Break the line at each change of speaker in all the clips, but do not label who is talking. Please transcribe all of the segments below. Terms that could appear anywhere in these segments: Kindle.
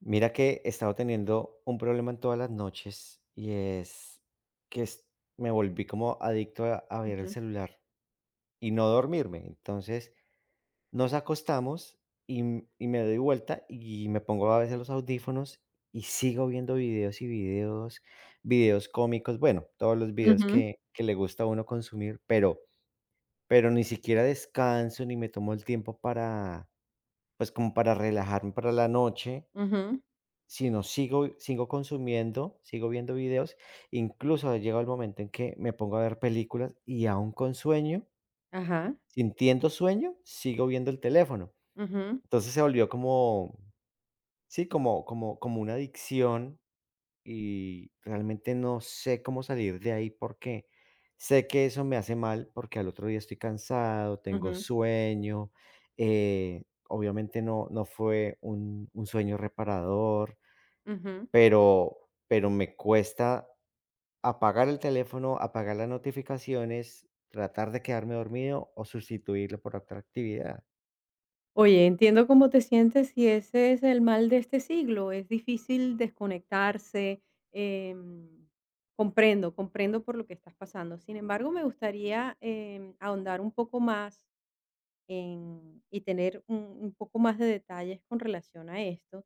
Mira que he estado teniendo un problema en todas las noches y es que me volví como adicto a ver el
Ujú,
celular y no dormirme. Entonces nos acostamos y me doy vuelta y me pongo a veces los audífonos y sigo viendo videos y videos, videos cómicos, bueno, todos los videos
ujú,
que le gusta a uno consumir, pero ni siquiera descanso ni me tomo el tiempo para, pues como para relajarme para la noche
ujú,
sino sigo consumiendo, sigo viendo videos, incluso llega el momento en que me pongo a ver películas y aún con sueño,
ajá,
sintiendo sueño, sigo viendo el teléfono.
ujú,
Entonces se volvió como, sí, como una adicción y realmente no sé cómo salir de ahí porque sé que eso me hace mal, porque al otro día estoy cansado, tengo
ujú,
sueño, obviamente no fue un sueño reparador.
ujú.
Pero me cuesta apagar el teléfono, apagar las notificaciones, tratar de quedarme dormido o sustituirlo por otra actividad,
Oye, entiendo cómo te sientes y ese es el mal de este siglo, es difícil desconectarse. em, Comprendo, comprendo por lo que estás pasando. Sin embargo, me gustaría ahondar un poco más en, y tener un poco más de detalles con relación a esto.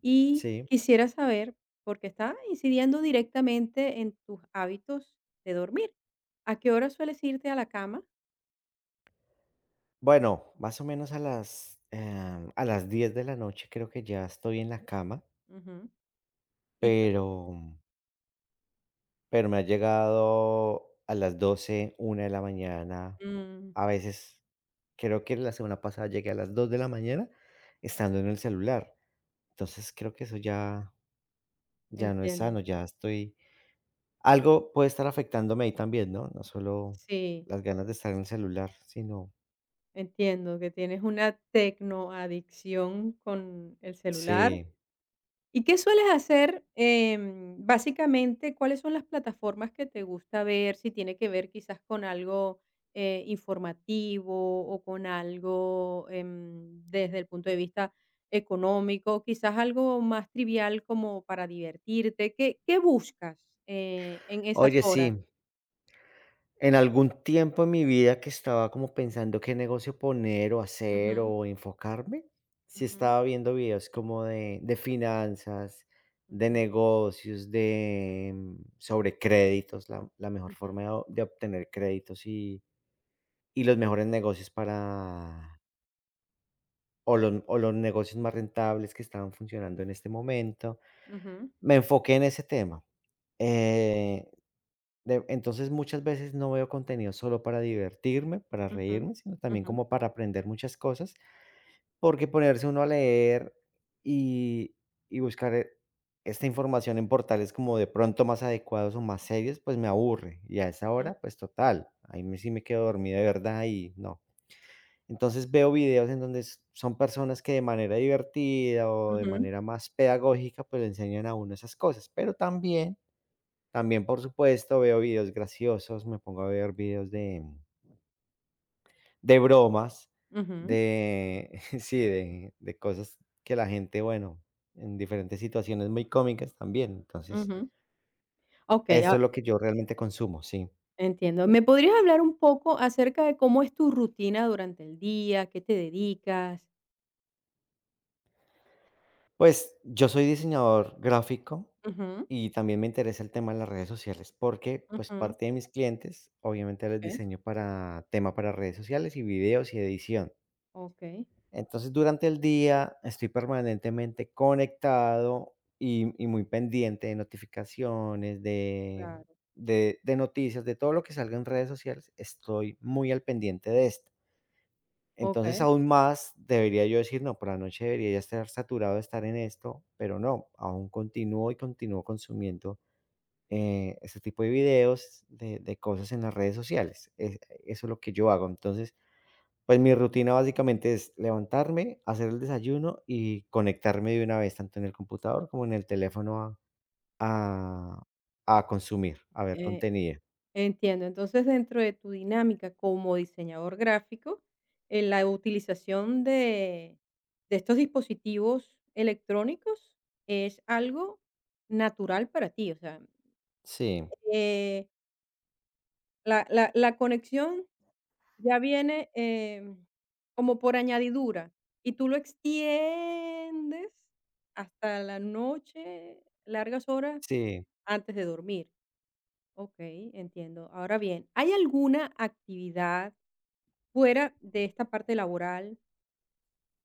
Y
sí.
quisiera saber, porque está incidiendo directamente en tus hábitos de dormir, ¿a qué hora sueles irte a la cama?
Bueno, más o menos a las 10 de la noche creo que ya estoy en la cama,
Ujú. ¿Y qué?
pero pero me ha llegado a las 12 1 de la mañana,
Mm.
a veces, creo que la semana pasada llegué a las 2 de la mañana estando en el celular. Entonces, creo que eso ya no es
Entiendo.
sano, ya estoy algo puede estar afectándome ahí también, ¿no? No solo
Sí,
las ganas de estar en el celular, sino
entiendo que tienes una tecnoadicción con el celular.
sí.
¿Y qué sueles hacer? Básicamente, ¿cuáles son las plataformas que te gusta ver? Si tiene que ver quizás con algo, informativo o con algo, desde el punto de vista económico, quizás algo más trivial como para divertirte. ¿Qué buscas, en esas
Oye,
horas?
sí, en algún tiempo en mi vida que estaba como pensando qué negocio poner o hacer
Ujú,
o enfocarme, sí
ujú,
estaba viendo videos como de finanzas, de
ujú,
negocios, de, sobre créditos, la mejor
ujú,
forma de o de obtener créditos y los mejores negocios para o los negocios más rentables que estaban funcionando en este momento.
ujú,
Me enfoqué en ese tema. Eh, de entonces, muchas veces no veo contenido solo para divertirme, para
ujú,
reírme, sino también
ujú,
como para aprender muchas cosas, porque ponerse uno a leer y y buscar, esta información en portales como de pronto más adecuados o más serios, pues me aburre, y a esa
ujú,
hora, pues total, ahí me sí me quedo dormido de verdad y no. Entonces, veo videos en donde s son personas que de manera divertida o de
ujú,
manera más pedagógica, pues le enseñan a uno esas cosas, pero también, por supuesto, veo videos graciosos, me pongo a ver videos de bromas,
ujú,
de sí, de cosas que la gente, bueno, en diferentes situaciones muy cómicas también. Entonces,
ujú. Okey,
esto es lo que yo realmente consumo, sí.
entiendo. ¿Me podrías hablar un poco acerca de cómo es tu rutina durante el día? ¿Qué te dedicas?
Pues, yo soy diseñador gráfico
Ujú,
y también me interesa el tema de las redes sociales, porque, pues,
ujú,
parte de mis clientes, obviamente, les
okey,
diseño para tema para redes sociales y videos y edición.
okey,
Entonces, durante el día estoy permanentemente conectado y muy pendiente de notificaciones, de,
claro,
de, de noticias, de todo lo que salga en redes sociales, estoy muy al pendiente de esto. Entonces,
okey,
aún más debería yo decir, no, por la noche debería ya estar saturado de estar en esto, pero no, aún continúo y continúo consumiendo este tipo de videos, de cosas en las redes sociales. Eso es lo que yo hago. Entonces, pues mi rutina básicamente es levantarme, hacer el desayuno y conectarme de una vez, tanto en el computador como en el teléfono a a consumir, a ver
eh,
contenido.
entiendo. Entonces, dentro de tu dinámica como diseñador gráfico, la utilización de estos dispositivos electrónicos es algo natural para ti, o sea,
Sí,
eh la conexión ya viene, como por añadidura, y tú lo extiendes hasta la noche, largas horas
sí,
antes de dormir. Okey, entiendo. Ahora bien, ¿hay alguna actividad fuera de esta parte laboral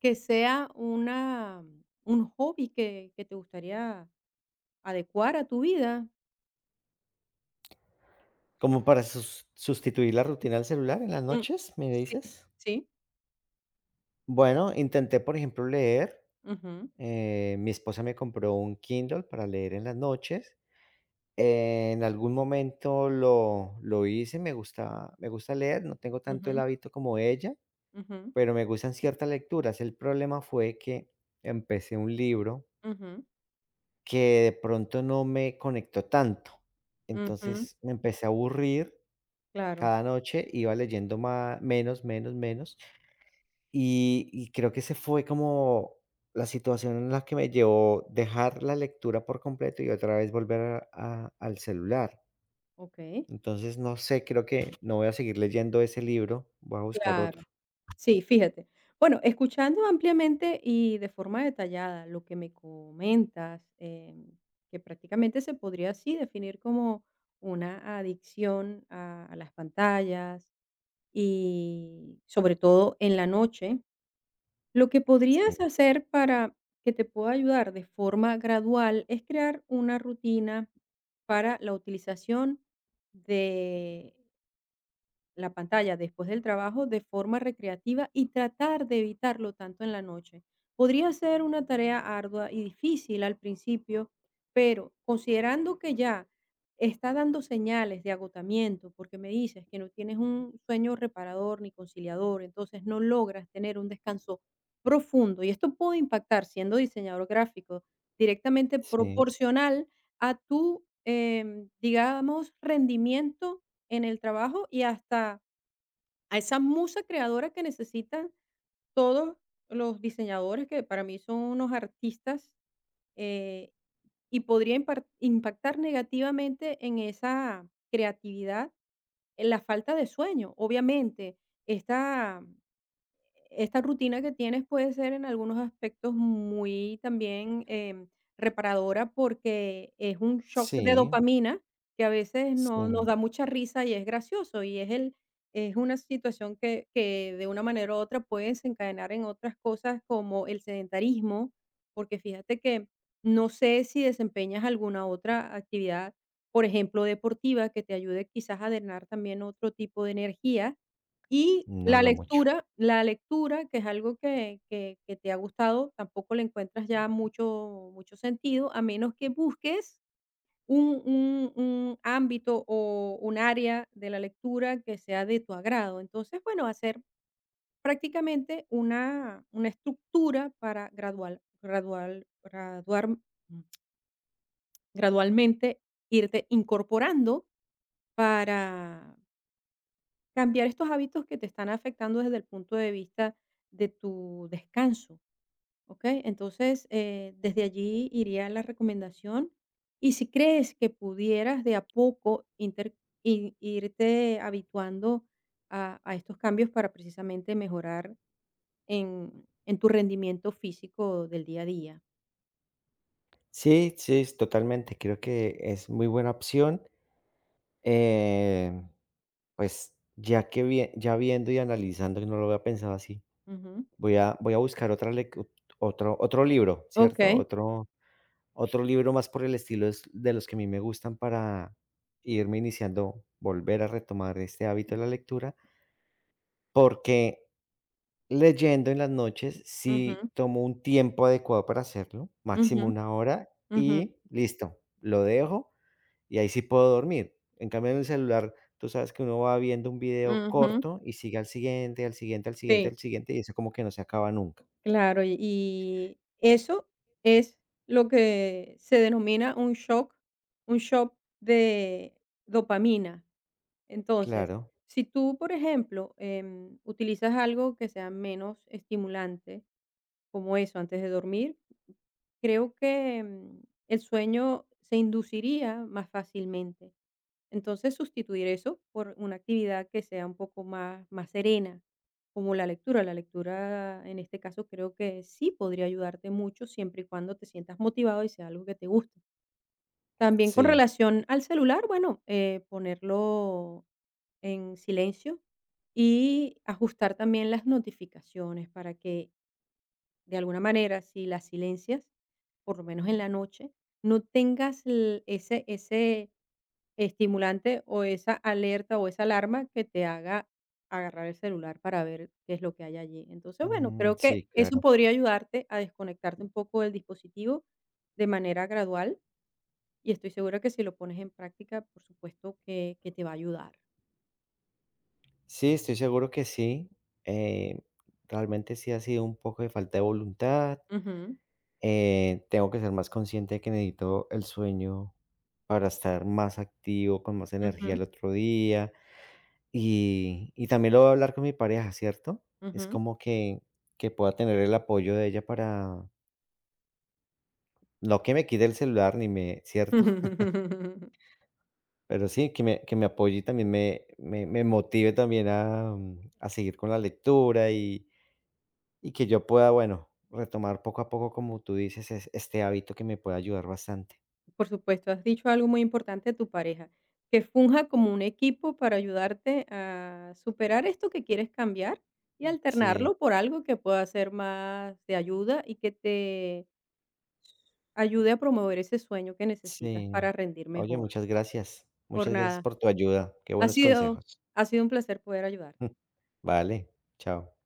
que sea una un hobby que te gustaría adecuar a tu vida?
como para sustituir la rutina del celular en las
Mm,
noches, ¿me
sí,
dices?
sí.
Bueno, intenté, por ejemplo, leer,
Ujú,
mi esposa me compró un Kindle para leer en las noches. En algún momento lo hice, me gusta leer, no tengo tanto el
ujú,
hábito como ella,
ujú,
pero me gustan ciertas lecturas. El problema fue que empecé un libro
ujú.
que de pronto no me conectó tanto.
Ujú,
Entonces me empecé a aburrir.
claro,
Cada noche iba leyendo más menos, menos, menos. Y creo que ese fue como la situación en la que me llevó dejar la lectura por completo y otra vez volver al celular.
okey,
Entonces, no sé, creo que no voy a seguir leyendo ese libro. Voy a buscar otro.
claro. Sí, fíjate. Bueno, escuchando ampliamente y de forma detallada lo que me comentas, que prácticamente se podría así definir como una adicción a las pantallas y sobre todo en la noche. Lo que podrías
Sí,
hacer para que te pueda ayudar de forma gradual es crear una rutina para la utilización de la pantalla después del trabajo de forma recreativa y tratar de evitarlo tanto en la noche. Podría ser una tarea ardua y difícil al principio, pero considerando que ya está dando señales de agotamiento, porque me dices que no tienes un sueño reparador ni conciliador, entonces no logras tener un descanso profundo y esto puede impactar siendo diseñador gráfico directamente
sí,
proporcional a tu, digamos, rendimiento en el trabajo y hasta a esa musa creadora que necesitan todos los diseñadores, que para mí son unos artistas, eh, y podría impactar negativamente en esa creatividad, en la falta de sueño. Obviamente, esta esta rutina que tienes puede ser en algunos aspectos muy también reparadora porque es un shock de
sí,
dopamina que a veces no, nos
sí.
da mucha risa y es gracioso y es una situación que de una manera u otra puede desencadenar en otras cosas como el sedentarismo, porque fíjate que no sé si desempeñas alguna otra actividad, por ejemplo, deportiva, que te ayude quizás a drenar también otro tipo de energía y
No, no mucho.
la lectura, que es algo que te ha gustado, tampoco le encuentras ya mucho sentido, a menos que busques un ámbito o un área de la lectura que sea de tu agrado. Entonces, bueno, hacer prácticamente una estructura para gradual gradual graduar gradualmente irte incorporando para cambiar estos hábitos que te están afectando desde el punto de vista de tu descanso, ¿ok? Entonces, desde allí iría la recomendación. Y si crees que pudieras de a poco irte habituando a estos cambios para precisamente mejorar en tu rendimiento físico del día a día.
Sí, sí, es totalmente. Creo que es muy buena opción. Eh, pues ya que ya viendo y analizando, que no lo había pensado así,
Ujú.
voy a buscar otro, otro, libro, ¿cierto?
Ok.
Otro libro más por el estilo es de los que a mí me gustan para irme iniciando, volver a retomar este hábito de la lectura, porque leyendo en las noches,
Ujú,
sí tomo un tiempo adecuado para hacerlo, máximo
ujú,
1 hora,
ujú,
y listo, lo dejo, y ahí sí puedo dormir. En cambio, en el celular, tú sabes que uno va viendo un video
ujú.
corto y sigue al siguiente, al siguiente, al siguiente,
Sí.
al siguiente, y eso como que no se acaba nunca.
Claro, y eso es lo que se denomina un shock un shock de dopamina. Entonces,
Claro,
si tú, por ejemplo, utilizas algo que sea menos estimulante, como eso, antes de dormir, creo que, el sueño se induciría más fácilmente. Entonces, sustituir eso por una actividad que sea un poco más serena. Como la lectura. La lectura, en este caso, creo que sí podría ayudarte mucho siempre y cuando te sientas motivado y sea algo que te guste. También con
sí.
relación al celular, bueno, ponerlo en silencio y ajustar también las notificaciones para que de alguna manera, si las silencias, por lo menos en la noche, no tengas ese, ese estimulante o esa alerta o esa alarma que te haga agarrar el celular para ver qué es lo que hay allí. Entonces, bueno,
Mm,
creo que
sí,
eso
claro.
podría ayudarte a desconectarte un poco del dispositivo de manera gradual y estoy segura que si lo pones en práctica, por supuesto que te va a ayudar.
Sí, estoy seguro que sí. Eh, Realmente sí ha sido un poco de falta de voluntad.
Ujú,
Tengo que ser más consciente de que necesito el sueño para estar más activo, con más energía
ujú,
el otro día. Y también lo voy a hablar con mi pareja, ¿cierto? Es
ujú.
como que pueda tener el apoyo de ella para, no que me quite el celular ni me, ¿cierto? Pero sí, que me apoye y también me motive también a seguir con la lectura y que yo pueda, bueno, retomar poco a poco, como tú dices, este hábito que me puede ayudar bastante.
Por supuesto, has dicho algo muy importante de tu pareja, que funja como un equipo para ayudarte a superar esto que quieres cambiar y
Sí.
alternarlo por algo que pueda ser más de ayuda y que te ayude a promover ese sueño que necesitas
Sí.
para rendir
Oye,
mejor.
muchas gracias.
Por
Muchas gracias
nada,
por tu ayuda. Qué
ha
buenos
sido,
consejos.
ha sido un placer poder ayudarte.
Vale, chao.